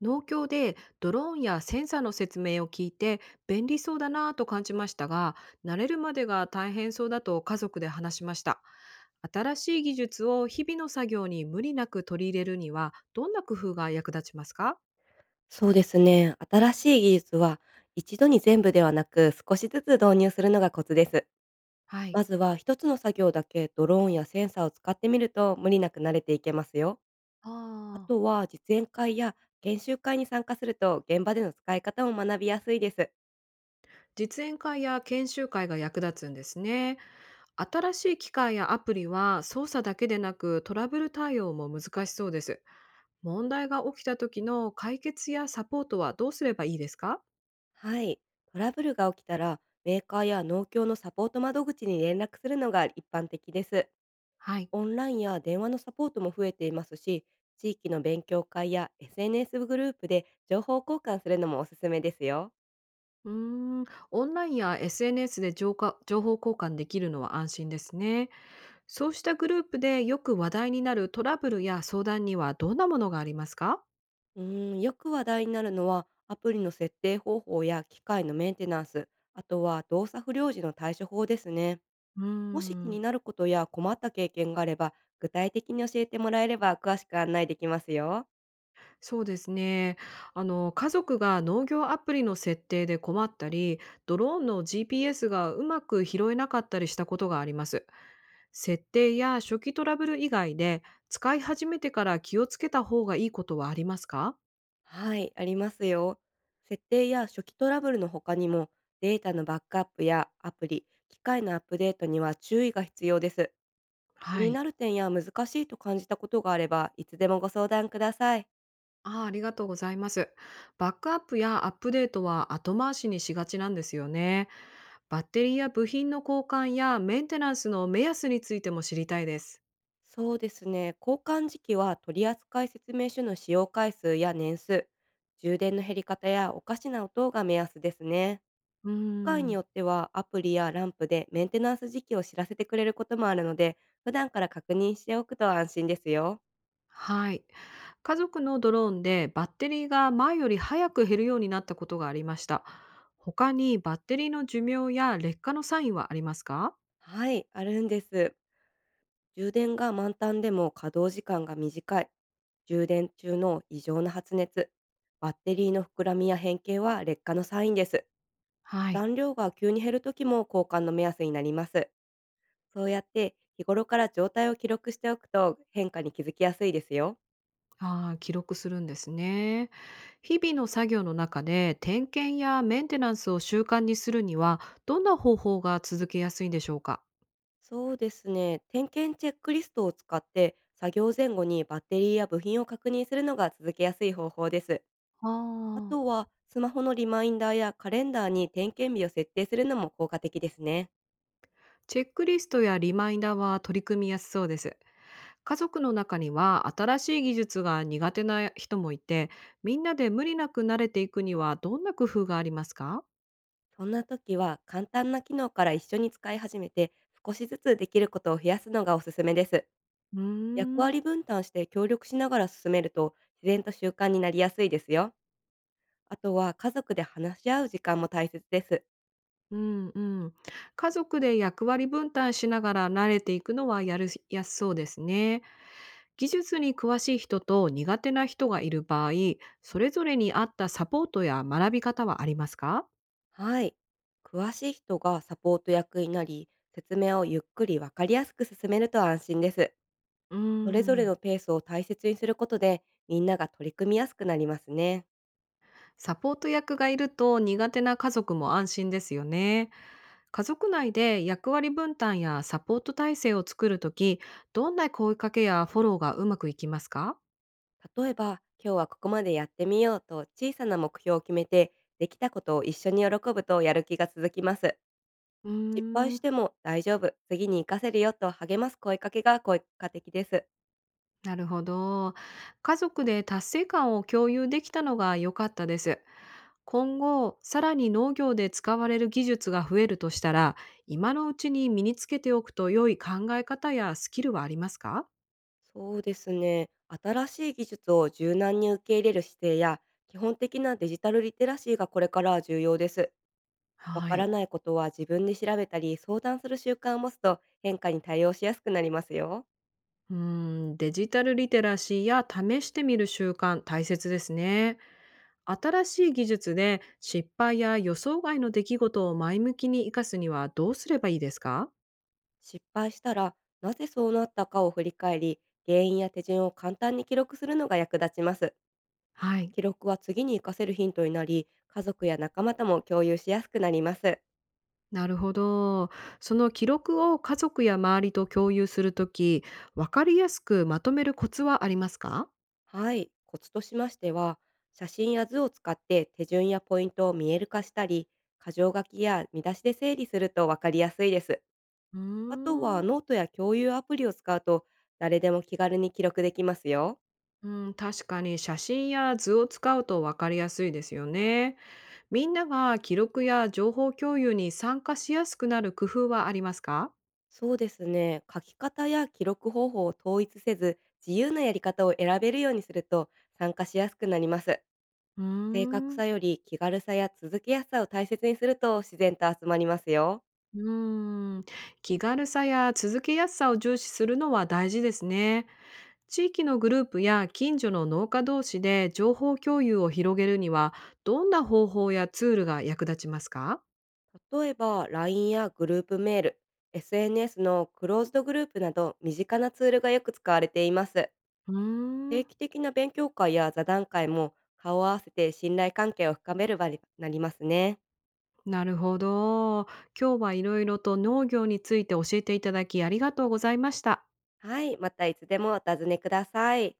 農協でドローンやセンサーの説明を聞いて便利そうだなぁと感じましたが慣れるまでが大変そうだと家族で話しました。新しい技術を日々の作業に無理なく取り入れるにはどんな工夫が役立ちますか？そうですね。新しい技術は一度に全部ではなく少しずつ導入するのがコツです。はい。まずは一つの作業だけドローンやセンサーを使ってみると無理なく慣れていけますよ。あああ、とは、実演会や研修会に参加すると現場での使い方も学びやすいです。実演会や研修会が役立つんですね。新しい機械やアプリは操作だけでなくトラブル対応も難しそうです。問題が起きた時の解決やサポートはどうすればいいですか？はい。トラブルが起きたら、メーカーや農協のサポート窓口に連絡するのが一般的です。はい。オンラインや電話のサポートも増えていますし、地域の勉強会や SNS グループで情報交換するのもおすすめですよ。うーん、オンラインや SNS で情報交換できるのは安心ですね。そうしたグループでよく話題になるトラブルや相談にはどんなものがありますか？よく話題になるのは、アプリの設定方法や機械のメンテナンス、あとは動作不良時の対処法ですね。うーもし気にん、なることや困った経験があれば、具体的に教えてもらえれば詳しく案内できますよ。そうですね。家族が農業アプリの設定で困ったり、ドローンの GPS がうまく拾えなかったりしたことがあります。設定や初期トラブル以外で、使い始めてから気をつけた方がいいことはありますか？はい、ありますよ。設定や初期トラブルの他にも、データのバックアップやアプリ、機械のアップデートには注意が必要です。気はにい。なる点や難しいと感じたことがあれば、いつでもご相談ください。あーありがとうございます。バックアップやアップデートは後回しにしがちなんですよね。バッテリーや部品の交換やメンテナンスの目安についても知りたいです。そうですね、交換時期は取扱説明書の使用回数や年数、充電の減り方やおかしな音が目安ですね。うー機械にん。よってはアプリやランプでメンテナンス時期を知らせてくれることもあるので、普段から確認しておくと安心ですよ。はい。家族のドローンでバッテリーが前より早く減るようになったことがありました。他にバッテリーの寿命や劣化のサインはありますか？はい、あるんです。充電が満タンでも稼働時間が短い。充電中の異常な発熱。バッテリーの膨らみや変形は劣化のサインです。はい。残量が急に減るときも交換の目安になります。そうやって日頃から状態を記録しておくと、変化に気づきやすいですよ。ああ、記録するんですね。日々の作業の中で点検やメンテナンスを習慣にするにはどんな方法が続けやすいんでしょうか？そうですね。点検チェックリストを使って作業前後にバッテリーや部品を確認するのが続けやすい方法です。あああ、とは、スマホのリマインダーやカレンダーに点検日を設定するのも効果的ですね。チェックリストやリマインダーは取り組みやすそうです。家族の中には新しい技術が苦手な人もいて、みんなで無理なく慣れていくにはどんな工夫がありますか？そんな時は、簡単な機能から一緒に使い始めて、少しずつできることを増やすのがおすすめです。うー役ん、割分担して協力しながら進めると、自然と習慣になりやすいですよ。あとは、家族で話し合う時間も大切です。うんうん。家族で役割分担しながら慣れていくのはやるやすそうですね。技術に詳しい人と苦手な人がいる場合、それぞれに合ったサポートや学び方はありますか？はい。詳しい人がサポート役になり、説明をゆっくりわかりやすく進めると安心です。うーそれぞれん、のペースを大切にすることで、みんなが取り組みやすくなりますね。サポート役がいると苦手な家族も安心ですよね。家族内で役割分担やサポート体制を作るとき、どんな声かけやフォローがうまくいきますか？例えば、今日はここまでやってみようと小さな目標を決めて、できたことを一緒に喜ぶとやる気が続きます。うー失敗しん、ても大丈夫、次に活かせるよと励ます声かけが効果的です。なるほど。家族で達成感を共有できたのが良かったです。今後、さらに農業で使われる技術が増えるとしたら、今のうちに身につけておくと良い考え方やスキルはありますか？そうですね。新しい技術を柔軟に受け入れる姿勢や、基本的なデジタルリテラシーがこれから重要です。わはからい。ないことは自分で調べたり相談する習慣を持つと、変化に対応しやすくなりますよ。うーデジタルリテラシーや試してみる習慣、大切ですね。新しい技術で失敗や予想外の出来事を前向きに生かすにはどうすればいいですか？失敗したら、なぜそうなったかを振り返り、原因や手順を簡単に記録するのが役立ちます。はい。記録は次に活かせるヒントになり、家族や仲間とも共有しやすくなります。なるほど。その記録を家族や周りと共有するとき、わかりやすくまとめるコツはありますか？はい、コツとしましては、写真や図を使って手順やポイントを見える化したり、箇条書きや見出しで整理するとわかりやすいです。うーあとはん、ノートや共有アプリを使うと、誰でも気軽に記録できますよ。うん、確かに写真や図を使うと分かりやすいですよね。みんなが記録や情報共有に参加しやすくなる工夫はありますか？そうですね。書き方や記録方法を統一せず、自由なやり方を選べるようにすると参加しやすくなります。うー正確ん、さより気軽さや続けやすさを大切にすると、自然と集まりますよ。うーん、気軽さや続けやすさを重視するのは大事ですね。地域のグループや近所の農家同士で情報共有を広げるには、どんな方法やツールが役立ちますか？例えば LINE やグループメール、SNS のクローズドグループなど身近なツールがよく使われています。うー定ん期的な勉強会や座談会も顔を合わせて信頼関係を深める場になりますね。なるほど。今日はいろいろと農業について教えていただきありがとうございました。はい、またいつでもお尋ねください。